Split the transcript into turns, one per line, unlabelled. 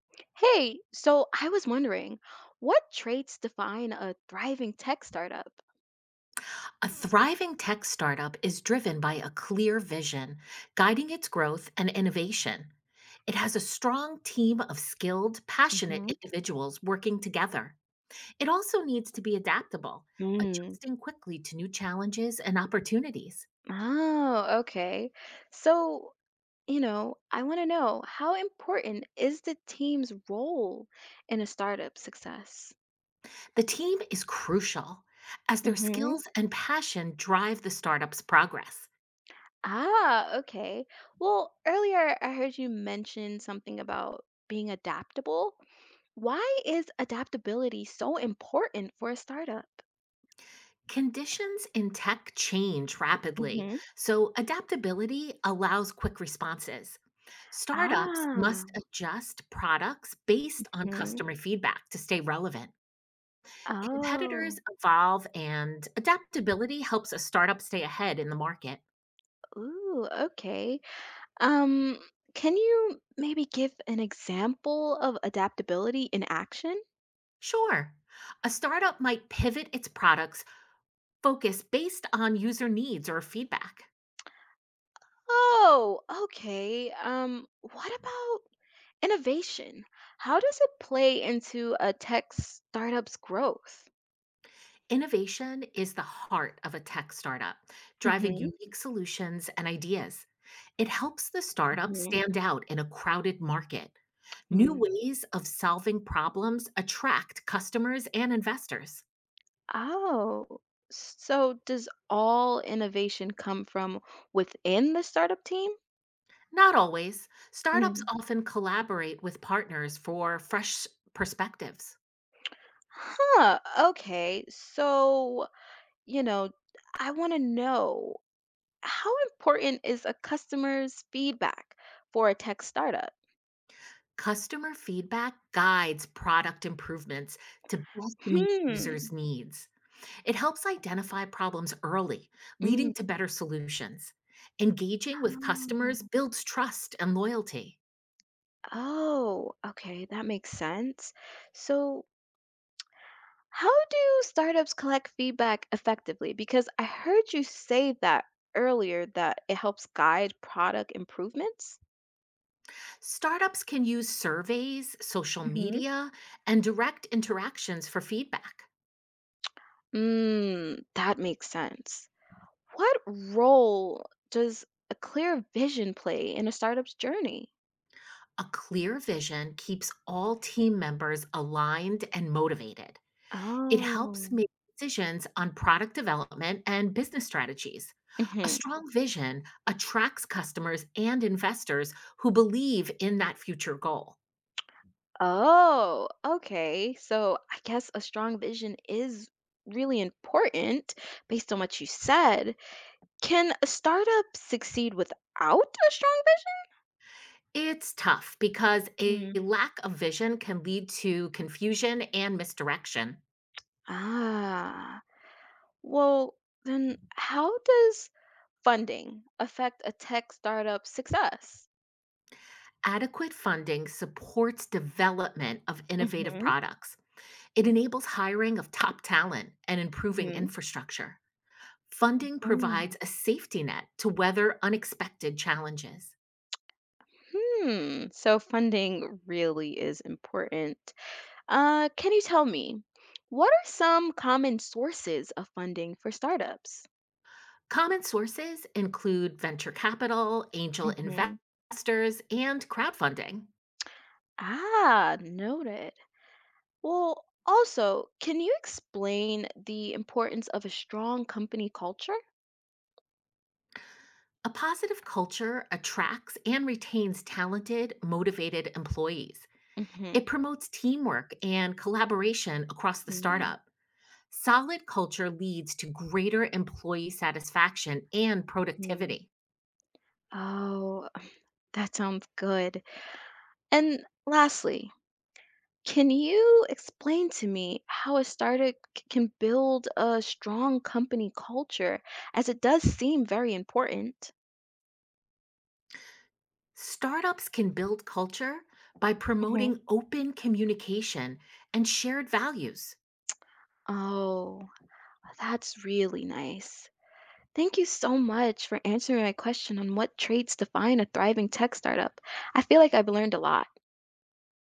Hey, so I was wondering, what traits define a thriving tech startup?
A thriving tech startup is driven by a clear vision, guiding its growth and innovation. It has a strong team of skilled,
Hmm.
passionate individuals working together. It also needs to be adaptable,
Mm.
adjusting quickly to new challenges and opportunities.
Oh, okay. So, I want to know, how important is the team's role in a startup success?
The team is crucial as their
Hmm.
skills and passion drive the startup's progress.
Ah, okay. Well, earlier I heard you mention something about being adaptable. Why is adaptability so important for a startup?
Conditions in tech change rapidly,
Hmm.
so adaptability allows quick responses. Startups
Ah.
must adjust products based on customer feedback to stay relevant. Competitors
Oh,
evolve, and adaptability helps a startup stay ahead in the market.
ooh, okay. Um, can you maybe give an example of adaptability in action?
Sure, a startup might pivot its products focus based on user needs or feedback.
Oh, okay. What about innovation? How does it play into a tech startup's growth?
Innovation is the heart of a tech startup, driving
Hmm.
unique solutions and ideas. It helps the startup
Hmm.
stand out in a crowded market. New
Mm.
ways of solving problems attract customers and investors.
Oh, so does all innovation come from within the startup team?
Not always. Startups
Mm.
often collaborate with partners for fresh perspectives.
Huh, okay. So, you know, I want to know, how important is a customer's feedback for a tech startup?
Customer feedback guides product improvements to best meet
Hmm.
users' needs. It helps identify problems early,
Mm.
leading to better solutions. Engaging with customers
Oh.
builds trust and loyalty.
Oh, okay, that makes sense. So, how do startups collect feedback effectively? Because I heard you say that earlier, that it helps guide product improvements.
Startups can use surveys, social
Hmm.
media, and direct interactions for feedback.
Mm, that makes sense. What role does a clear vision play in a startup's journey?
A clear vision keeps all team members aligned and motivated. It helps
Oh.
make decisions on product development and business strategies. A
Hmm.
strong vision attracts customers and investors who believe in that future goal.
Oh, okay. So I guess a strong vision is really important based on what you said. Can a startup succeed without a strong
It's tough because
vision?
a
Mm.
lack of vision can lead to confusion and misdirection.
Ah, well, then how does funding affect a tech startup success?
Adequate funding supports development of innovative
Mhm.
products. It enables hiring of top talent and improving
Hmm.
infrastructure. Funding provides
Mm.
a safety net to weather unexpected challenges.
Hmm. So funding really is important. Can you tell me, what are some common sources of funding for startups?
Common sources include venture capital, angel
Hmm.
investors, and crowdfunding.
Ah, noted. Well, also, can you explain the importance of a strong company culture?
A positive culture attracts and retains talented, motivated employees.
Hmm.
It promotes teamwork and collaboration across the startup. Solid culture leads to greater employee satisfaction and
Hmm.
productivity.
Oh, that sounds good. And lastly, can you explain to me how a startup can build a strong company culture, as it does seem very important?
Startups can build culture by promoting open communication and shared values.
Oh, that's really nice. Thank you so much for answering my question on what traits define a thriving tech startup. I feel like I've learned a lot.